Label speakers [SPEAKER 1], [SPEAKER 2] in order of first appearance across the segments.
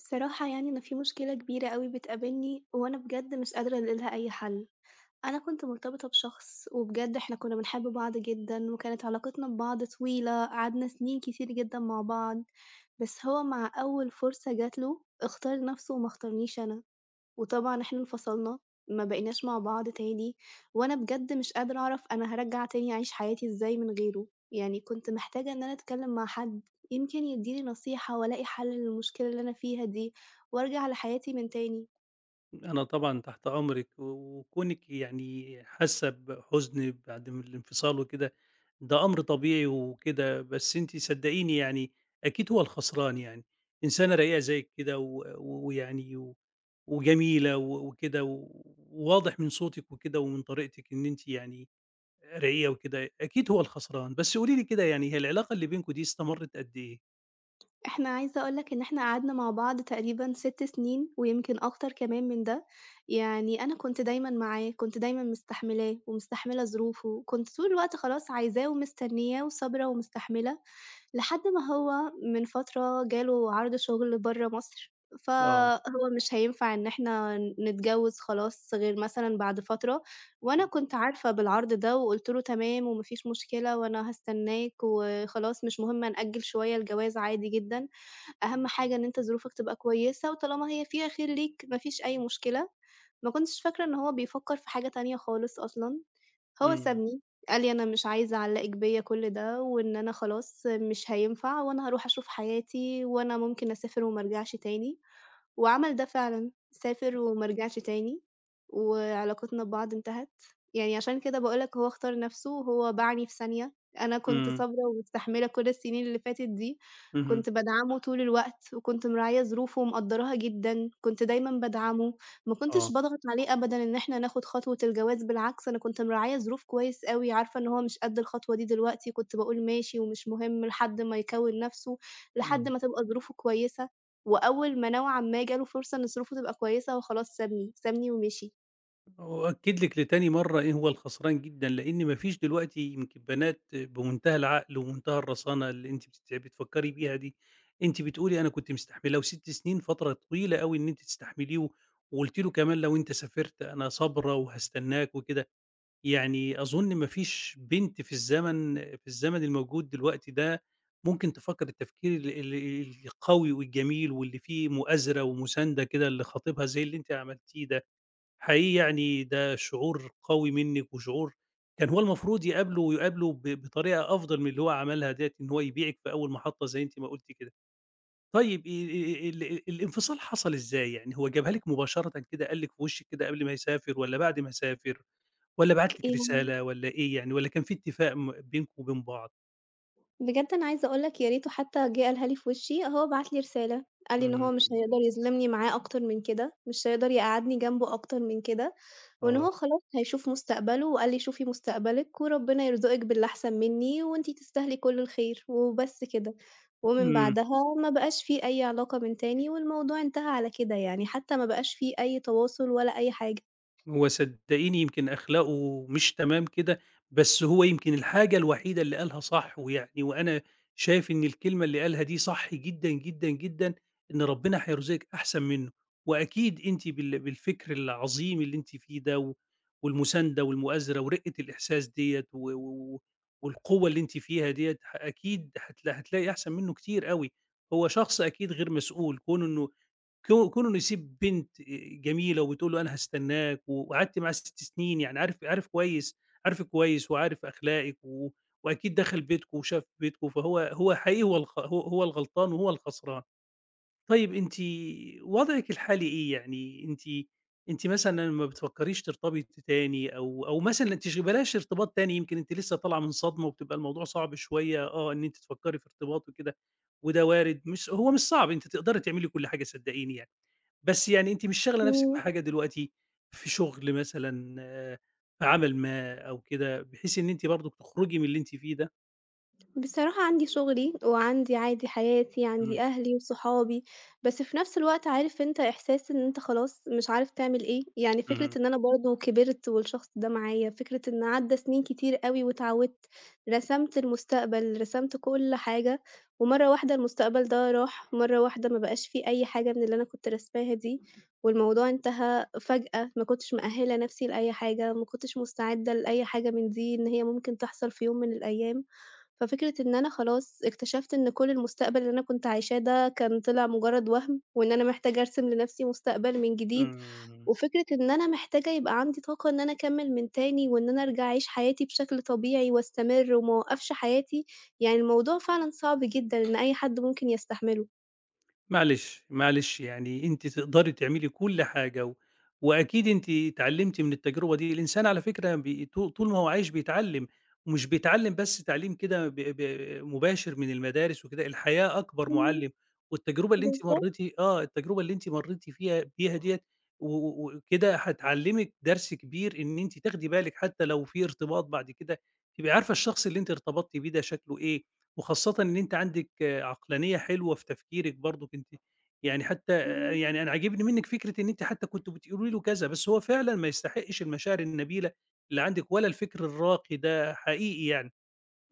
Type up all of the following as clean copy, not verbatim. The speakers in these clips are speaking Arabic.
[SPEAKER 1] الصراحة يعني أنا في مشكلة كبيرة أوي بتقابلني وأنا بجد مش قادرة ألاقي لها أي حل، أنا كنت مرتبطة بشخص وبجد إحنا كنا بنحب بعض جدًا وكانت علاقتنا ببعض طويلة، قعدنا سنين كتير جدًا مع بعض، بس هو مع أول فرصة جات له اختار نفسه وما اختارنيش أنا. وطبعًا إحنا انفصلنا، ما بقيناش مع بعض تاني، وأنا بجد مش قادرة أعرف أنا هارجّع تاني أعيش حياتي إزاي من غيره، يعني كنت محتاجة إن أنا أتكلّم مع حد يمكن يدّيني نصيحة وألاقي حل للمشكلة اللي أنا فيها دي، وأرجع لحياتي من تاني.
[SPEAKER 2] أنا طبعًا تحت أمرِك، وكونِك يعني حاسة بحزن بعد م الانفصال وكده، ده أمر طبيعي وكده، بس أنتِ صدقيني يعني أكيد هو الخسران يعني، إنسانة رقيقة زيِّك كده و و- ويعني و وجميلة وكده، وواضح من صوتِك وكده ومن طريقتِك إن أنتِ يعني رقيقة وكده، أكيد هو الخسران. بس قولي لي كده يعني هي العلاقة اللي بينكم دي استمرت قد إيه؟
[SPEAKER 1] إحنا عايزة أقول لك إن إحنا قعدنا مع بعض تقريبًا 6 سنين ويمكن أكتر كمان من ده، يعني أنا كنت دايمًا معاه، كنت دايمًا مستحملاه ومستحملة ظروفه، كنت طول الوقت خلاص عايزاه ومستنياه وصابرة ومستحملة. لحد ما هو من فترة جاله عرض شغل برّه مصر،
[SPEAKER 2] آه.
[SPEAKER 1] فهو مش هينفع إن إحنا نتجوّز خلاص غير مثلًا بعد فترة، وأنا
[SPEAKER 2] إمم.
[SPEAKER 1] كنت عارفة بالعرض ده وقُلت له: "تمام وما فيش مشكلة وأنا هاستناك وخلاص مش مهم هنأجّل شوية الجواز عادي جدًا، أهم حاجة إن أنت ظروفك تبقى كويسة وطالما هي فيها خير ليك ما فيش أي مشكلة." ما كنتش فاكرة إن هو بيفكّر في حاجة تانية خالص أصلًا. هو
[SPEAKER 2] إمم.
[SPEAKER 1] سابني، قال لي: "أنا مش عايز أعلّقِك بيّا كل ده، وإن أنا خلاص مش هينفع وأنا هاروح أشوف حياتي وأنا ممكن أسافر وما أرجعش تاني." وعمل ده فعلًا، سافر وما رجعش تاني، وعلاقتنا ببعض انتهت، يعني عشان كده باقول لك هو اختار نَفْسه، هو باعني في ثانية، أنا كنت
[SPEAKER 2] اهم.
[SPEAKER 1] صابرة ومستحملة كل السنين اللي فاتت دي،
[SPEAKER 2] اهم.
[SPEAKER 1] كنت بادعمه طول الوقت، وكنت مراعية ظروفه ومقدّراها جدًا، كنت دايمًا بادعمه، ما
[SPEAKER 2] آه.
[SPEAKER 1] كنتش باضغط عليه أبدًا إن إحنا ناخد خطوة الجواز، بالعكس أنا كنت مراعية ظروف كويس أوي، عارفة إن هو مش قد الخطوة دي دلوقتي، كنت باقول ماشي ومش مهم لحد ما يكوّن نَفْسه، لحد
[SPEAKER 2] إمم.
[SPEAKER 1] ما تبقى ظروفه كويسة. وأول ما نوعًا ما جه له فرصة إن ظروفه تبقى كويسة، هو خلاص سابني، سابني ومشي.
[SPEAKER 2] وأؤكد لِك لتاني مرّة إيه هو الخسران جدًا، لإن ما فيش دلوقتي يمكن بنات بمنتهى العقل ومنتهى الرَّزانة اللي أنتِ بتفكّري بيها دي، أنتِ بتقولي أنا كنت مستحملاه و6 سنين فترة طويلة أوي إن أنتِ تستحمليه وقُلتِ له كمان لو أنت سافرت أنا صابرة وهاستناك وكده، يعني أظن ما فيش بنت في الزمن الموجود دلوقتي ده ممكن تفكّر التفكير ال ال القوي والجميل واللي فيه مؤازرة ومُسانده كده لخطيبها زي اللي أنتِ عملتيه ده. حقيقي يعني ده شعور قوي منِّك وشعور كان هو المفروض يقابله ويقابله بطريقة أفضل من اللي هو عملها ديّة، إن هو يبيعِك في أول محطة زي أنتِ ما قُلتِ كده. طيب ال ال الانفصال حصل إزاي؟ يعني هو جابها لِك مباشرةً كده قال لِك في وشِّك كده قبل ما يسافر والّا بعد ما يسافر والّا بعت لِك
[SPEAKER 1] يعني
[SPEAKER 2] رسالة والّا إيه يعني والّا كان في اتفاق م بينكم وبين بعض؟
[SPEAKER 1] بجد أنا عايزة أقول لك يا ريته حتى جه قالها لي في وشي، هو بعت لي رسالة، قال لي إن
[SPEAKER 2] إمم،
[SPEAKER 1] هو مش هيقدر يظلمني معاه أكتر من كده، مش هيقدر يقعّدني جنبه أكتر من كده، وإن هو
[SPEAKER 2] آه.
[SPEAKER 1] خلاص هيشوف مستقبله، وقال لي شوفي مستقبلِك وربنا يرزقِك باللي أحسن مني، وأنتِ تستاهلي كل الخير، وبس كده. ومن
[SPEAKER 2] إمم.
[SPEAKER 1] بعدها ما بقاش في أي علاقة من تاني، والموضوع انتهى على كده يعني، حتى ما بقاش في أي تواصل ولا أي حاجة.
[SPEAKER 2] هو صدقيني يمكن أخلاقه مش تمام كده، بس هو يمكن الحاجة الوحيدة اللي قالها صح، ويعني وأنا شايف إن الكلمة اللي قالها دي صح جدًا، جدًا، جدًا، إن ربنا هيرزقِك أحسن منه، وأكيد أنتِ بالفكر العظيم اللي أنتِ فيه ده والمساندة والمؤازرة ورقة الإحساس ديّة و- والقوة اللي أنتِ فيها ديّة أكيد هتلاقي أحسن منه كتير أوي، هو شخص أكيد غير مسؤول، كونه إنه يسيب بنت جميلة وبتقول له أنا هاستناك وقعدت معاها 6 سنين، يعني عارف كويس عارفِك كويس وعارف أخلاقِك وأكيد دخل بيتكم وشاف بيتكم، فهو حقيقي هو الغلطان وهو الخسران. طيب أنتِ وضعِك الحالي إيه؟ يعني أنتِ مثلًا ما بتفكّريش ترتبطي تاني أو مثلًا بلاش ارتباط تاني، يمكن أنتِ لسه طالعة من صدمة وبتبقى الموضوع صعب شوية آه، إن أنتِ تفكّري في ارتباط وكده وده وارد، مش صعب، أنتِ تقدري تعملي كل حاجة صدقيني يعني. بس يعني أنتِ مش شاغلة نفسِك
[SPEAKER 1] إمم.
[SPEAKER 2] بحاجة دلوقتي، في شغل مثلًا، آه، في عمل ما أو كده، بحيث إن أنتِ برضه تخرجي من اللي أنتِ فيه ده؟
[SPEAKER 1] بصراحة عندي شغلي، وعندي عادي حياتي،
[SPEAKER 2] إمم،
[SPEAKER 1] عندي أهلي وصحابي، بس في نفس الوقت عارف أنت إحساس إن أنت خلاص مش عارف تعمل إيه، يعني فكرة
[SPEAKER 2] اهم،
[SPEAKER 1] إن أنا برضه كبرت والشخص ده معايا، فكرة إن عدّى سنين كتير أوي واتعودت، رسمت المستقبل، رسمت كل حاجة، ومرّة واحدة المستقبل ده راح، مرّة واحدة ما بقاش في أي حاجة من اللي أنا كنت راسماها دي، والموضوع انتهى فجأة، ما كنتش مأهلة نفسي لأي حاجة، ما كنتش مستعدة لأي حاجة من دي، إن هي ممكن تحصل في يوم من الأيام. ففكرة إن أنا خلاص اكتشفت إن كل المستقبل اللي أنا كنت عايشاه ده كان طلع مجرد وهم، وإن أنا محتاجة أرسم لنفسي مستقبل من جديد،
[SPEAKER 2] إمم.
[SPEAKER 1] وفكرة إن أنا محتاجة يبقى عندي طاقة إن أنا أكمّل من تاني، وإن أنا أرجع أعيش حياتي بشكل طبيعي واستمر وما أوقّفش حياتي، يعني الموضوع فعلًا صعب جدًا إن أي حد ممكن يستحمله.
[SPEAKER 2] معلش، معلش يعني أنتِ تقدري تعملي كل حاجة، وأكيد أنتِ اتعلمتِ من التجربة دي، الإنسان على فكرة بي طو طول ما هو عايش بيتعلم، ومش بيتعلم بس تعليم كده ب ب مباشر من المدارس وكده، الحياة أكبر
[SPEAKER 1] إمم،
[SPEAKER 2] معلم، والتجربة اللي أنتِ
[SPEAKER 1] بالضبط.
[SPEAKER 2] مريتِ آه، التجربة اللي أنتِ مريتِ بيها ديّة و و وكده هتعلمِك درس كبير إن أنتِ تاخدي بالِك حتى لو في ارتباط بعد كده، تبقي عارفة الشخص اللي أنتِ ارتبطتِ بيه ده شكله إيه، وخاصةً إن أنتِ عندِك عقلانية حلوة في تفكيرِك برضه، كنتِ يعني حتى يعني أنا عاجبني منِّك فكرة إن أنتِ حتى كنتِ بتقولي له كذا، بس هو فعلًا ما يستحقش المشاعر النبيلة اللي عندِك ولا الفكر الراقي ده حقيقي يعني.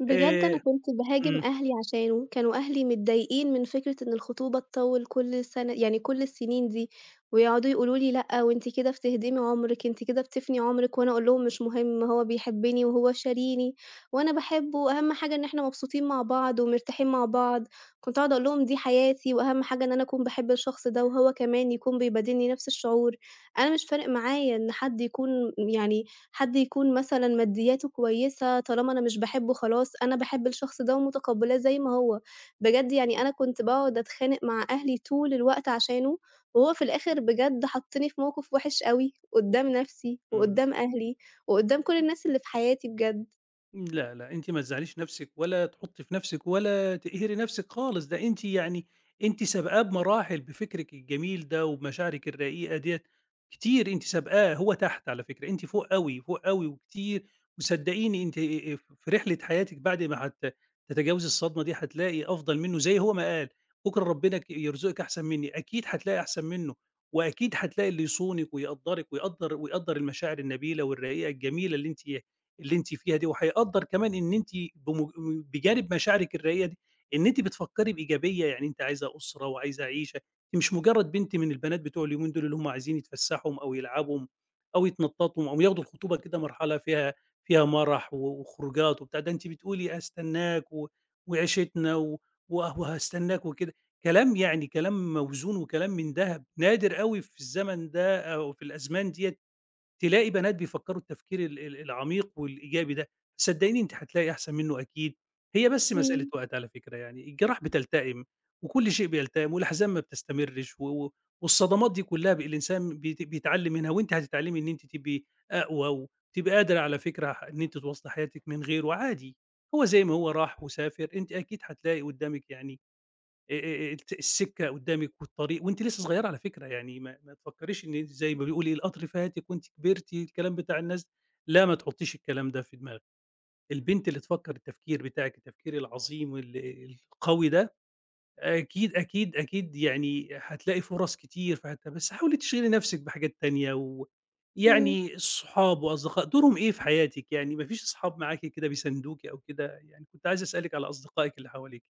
[SPEAKER 1] بجد أنا
[SPEAKER 2] آآ
[SPEAKER 1] كنت باهاجم
[SPEAKER 2] إمم،
[SPEAKER 1] أهلي عشانه، كانوا أهلي متضايقين من فكرة إن الخطوبة تطوِّل كل السنة يعني كل السنين دي، ويقعدوا يقولوا لي: "لأ، وأنتِ كده بتهدمي عُمرِك، أنتِ كده بتفني عُمرِك." وأنا أقول لهم: "مش مهم، هو بيحبني وهو شاريني وأنا باحبه، أهم حاجة إن إحنا مبسوطين مع بعض ومرتاحين مع بعض." كنت أقعد أقول لهم: "دي حياتي وأهم حاجة إن أنا أكون باحب الشخص ده وهو كمان يكون بيبادلني نفس الشعور." أنا مش فارق معايا إن حد يكون يعني حد يكون مثلًا مادياته كويسة، طالما أنا مش باحبه خلاص، أنا باحب الشخص ده ومتقبّلاه زي ما هو. بجد يعني أنا كنت باقعد أتخانق مع أهلي طول الوقت عشانه، وهو في الآخر بجد حطّني في موقف وِحِش أوي قُدّام نَفْسي
[SPEAKER 2] إمم.
[SPEAKER 1] وقُدّام أهلي وقُدّام كل الناس اللي في حياتي بجد.
[SPEAKER 2] لا، لأ، أنتِ ما تزعّليش نَفْسِك ولا تحُطّي في نَفْسِك ولا تقهري نَفْسِك خالص، ده أنتِ يعني أنتِ سابقاه بمراحل بفكرِك الجميل ده وبمشاعرِك الرقيقة ديّة كتير، أنتِ سابقاه، هو تحت على فكرة، أنتِ فوق أوي، فوق أوي وكتير وصدّقيني أنتِ في رحلة حياتِك بعد ما تتجاوزي الصدمة دي هتلاقي أفضل منّه زي هو ما قال، بُكرة ربنا يرزقِك أحسن منّي، أكيد هتلاقي أحسن منّه وأكيد هتلاقي اللي يصونِك ويقدّرِك ويقدّر المشاعر النبيلة والرقيقة الجميلة اللي أنتِ فيها دي، وهيقدّر كمان إن أنتِ بم بجانب مشاعرِك الرقيقة دي، إن أنتِ بتفكّري بإيجابية، يعني أنتِ عايزة أسرة وعايزة عيشة، أنتِ مش مجرّد بنت من البنات بتوع اليومين دول اللي هُم عايزين يتفسّحوا أو يلعبوا أو يتنطّطوا أو ياخدوا الخطوبة كده مرحلة فيها مرح وخروجات وبتاع، ده أنتِ بتقولي هاستناك وعيشتنا و وه وهاستناك وكده، كلام يعني كلام موزون وكلام من دهب، نادر أوي في الزمن ده أو في الأزمان ديّة تلاقي بنات بيفكّروا التفكير ال ال العميق والإيجابي ده، صدّقيني أنتِ هتلاقي أحسن منّه أكيد، هي بس مسألة
[SPEAKER 1] إمم،
[SPEAKER 2] وقت على فكرة يعني، الجراح بتلتئم وكل شيء بيلتئم والأحزان ما بتستمرش و و والصدمات دي كلّها الإنسان بيتعلّم منها وأنتِ هتتعلّمي إن أنتِ تبقي أقوى وتبقي قادرة على فكرة إن أنتِ تواصلي حياتِك من غيره عادي، هو زي ما هو راح وسافر، أنتِ أكيد هتلاقي قُدّامِك يعني الت السكة قدامِك والطريق وأنتِ لسه صغيرة على فكرة، يعني ما تفكريش إن أنتِ زي ما بيقول إيه القطر فاتِك وأنتِ كبرتِ الكلام بتاع الناس، لا ما تحطيش الكلام ده في دماغِك، البنت اللي تفكر التفكير بتاعِك التفكير العظيم القوي ده، أكيد، أكيد، أكيد يعني هتلاقي فرص كتير بس حاولي تشغلي نفسِك بحاجات تانية
[SPEAKER 1] إمم.
[SPEAKER 2] يعني الصحاب وأصدقاء دورهم إيه في حياتِك؟ يعني ما فيش أصحاب معاكِ كده بيساندوكِ أو كده؟ يعني كنت عايز أسألِك على أصدقائِك اللي حواليكِ.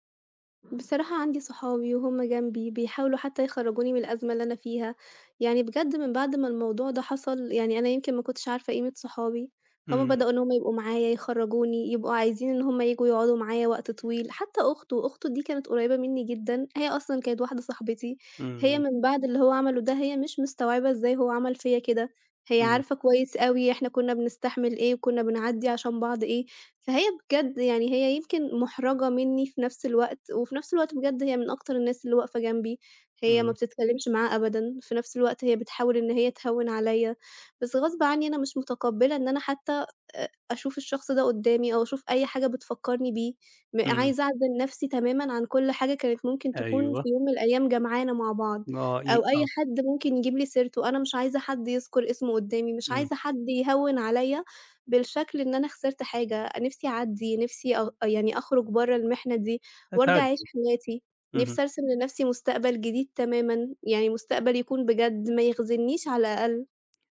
[SPEAKER 1] بصراحة عندي صحابي وهُم جنبي، بيحاولوا حتى يخرّجوني من الأزمة اللي أنا فيها، يعني بجد من بعد ما الموضوع ده حصل، يعني أنا يمكن ما كنتش عارفة قيمة صحابي، هُم
[SPEAKER 2] إمم،
[SPEAKER 1] بدأوا إن هُم يبقوا معايا، يخرّجوني، يبقوا عايزين إن هُم ييجوا يقعدوا معايا وقت طويل، حتى أخته، أخته دي كانت قريبة مني جدًا، هي أصلًا كانت واحدة صاحبتي، هي
[SPEAKER 2] إمم،
[SPEAKER 1] من بعد اللي هو عمله ده هي مش مستوعبة إزاي هو عمل فيّا كده، هي
[SPEAKER 2] إمم،
[SPEAKER 1] عارفة كويس أوي إحنا كنا بنستحمل إيه وكنا بنعدّي عشان بعض إيه. فهي بجد يعني هي يمكن مُحرَجة منّي في نفس الوقت، وفي نفس الوقت بجد هي من أكتر الناس اللي واقفة جنبي، هي ما
[SPEAKER 2] إمم.
[SPEAKER 1] بتتكلّمش معاه أبدًا، في نفس الوقت هي بتحاول إن هي تهوّن عليّا، بس غصب عنّي أنا مش متقبّلة إن أنا حتّى أشوف الشخص ده قُدّامي أو أشوف أي حاجة بتفكّرني بيه، م
[SPEAKER 2] إمم،
[SPEAKER 1] عايزة أعزل نفسي تمامًا عن كل حاجة كانت ممكن تكون
[SPEAKER 2] أيوه،
[SPEAKER 1] في يوم من الأيام جمعانا مع بعض،
[SPEAKER 2] ما هو
[SPEAKER 1] أو أي
[SPEAKER 2] آه،
[SPEAKER 1] حد ممكن يجيب لي سيرته، أنا مش عايزة حد يذكُر اسمه قُدّامي، مش
[SPEAKER 2] إمم،
[SPEAKER 1] عايزة حد يهوّن عليّا بالشكل إن أنا خسرت حاجة، نِفْسي أعدّي، نِفْسي أ يعني أخرج برّه المِحنة دي وأرجع أعيش
[SPEAKER 2] هتهدّي،
[SPEAKER 1] حياتي،
[SPEAKER 2] اهم.
[SPEAKER 1] نِفْسي أرسم لنَفْسي مستقبل جديد تمامًا، يعني مستقبل يكون بجد ما يخذلنيش على الأقل.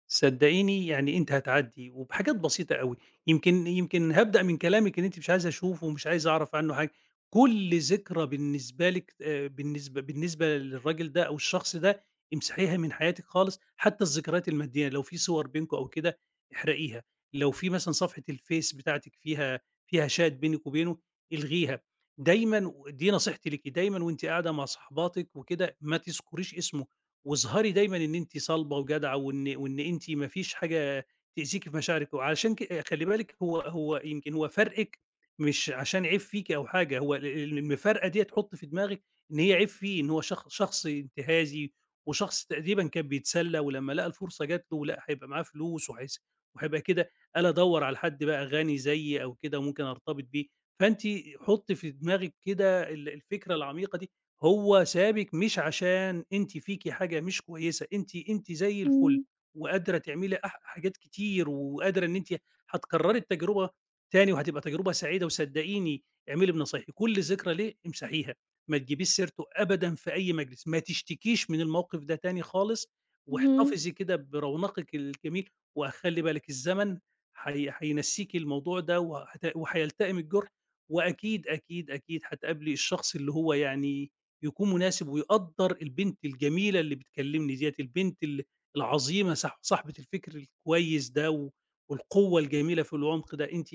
[SPEAKER 2] صدقيني يعني أنتِ هتعدّي، وبحاجات بسيطة أوي، يمكن هابدأ من كلامِك إن أنتِ مش عايزة أشوفه ومش عايزة أعرف عنه حاجة، كل ذكرى بالنسبة لِك بالنسبة للراجل ده أو الشخص ده امسحيها من حياتِك خالص، حتى الذكريات المادية لو في صور بينكم أو كده احرقيها، لو في مثلًا صفحة الفيس بتاعتِك فيها chat بينِك وبينه الغيها، دايمًا ودي نصيحتي ليكِ، دايمًا وأنتِ قاعدة مع صاحباتِك وكده ما تذكريش اسمه. واظهري دايمًا إن أنتِ صلبة وجدعة وإن أنتِ ما فيش حاجة تأذيكِ في مشاعرِك، وعلشان خلّي بالِك هو يمكن هو فرقِك مش عشان عيب فيكِ أو حاجة، هو ال المفارقة ديّة حُطّي في دماغِك إن هي عيب فيه، إن هو شخص انتهازي وشخص تقريبًا كان بيتسلّى ولمّا لقى الفرصة جات له لأ هيبقى معاه فلوس وهيبقى كده، قال أدوّر على حد بقى غني زيي أو كده ممكن أرتبط بيه، فأنتِ حُطّي في دماغِك كده الفكرة العميقة دي. هو سابِك مش عشان أنتِ فيكِ حاجة مش كويسة، أنتِ زي الفل
[SPEAKER 1] إمم،
[SPEAKER 2] وقادرة تعملي حاجات كتير وقادرة إن أنتِ هتكرّري التجربة تاني وهتبقى تجربة سعيدة وصدّقيني اعملي بنصايحي، كل ذكرى ليه امسحيها، ما تجيبيش سيرته أبدًا في أي مجلس، ما تشتكيش من الموقف ده تاني خالص
[SPEAKER 1] اهم،
[SPEAKER 2] واحتفظي كده برونقِك الجميل وخلّي بالِك الزمن هينسّيكِ الموضوع ده وهيلتئم الجرح وأكيد، أكيد، أكيد هتقابلي الشخص اللي هو يعني يكون مناسب ويقدّر البنت الجميلة اللي بتكلمني ديّة، البنت العظيمة صاحبة الفكر الكويس ده والقوة الجميلة في العمق ده،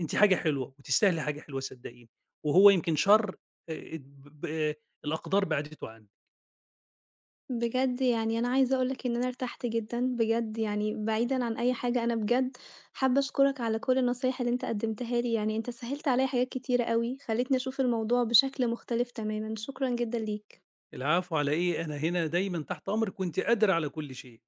[SPEAKER 2] أنتِ حاجة حلوة وتستاهلي حاجة حلوة صدقيني، وهو يمكن شر ب ب آه، الأقدار بعدته عنِّك.
[SPEAKER 1] بجد يعني أنا عايزة أقول لك إن أنا ارتحت جدًا بجد يعني بعيدًا عن أي حاجة، أنا بجد حابة أشكرك على كل النصايح اللي أنت قدّمتها لي، يعني أنت سهّلت عليّا حاجات كتيرة أوي، خلّيتني أشوف الموضوع بشكل مختلف تمامًا، شكرًا جدًا ليك.
[SPEAKER 2] العفو على إيه، أنا هنا دايمًا تحت أمرِك وأنتِ قادرة على كل شيء.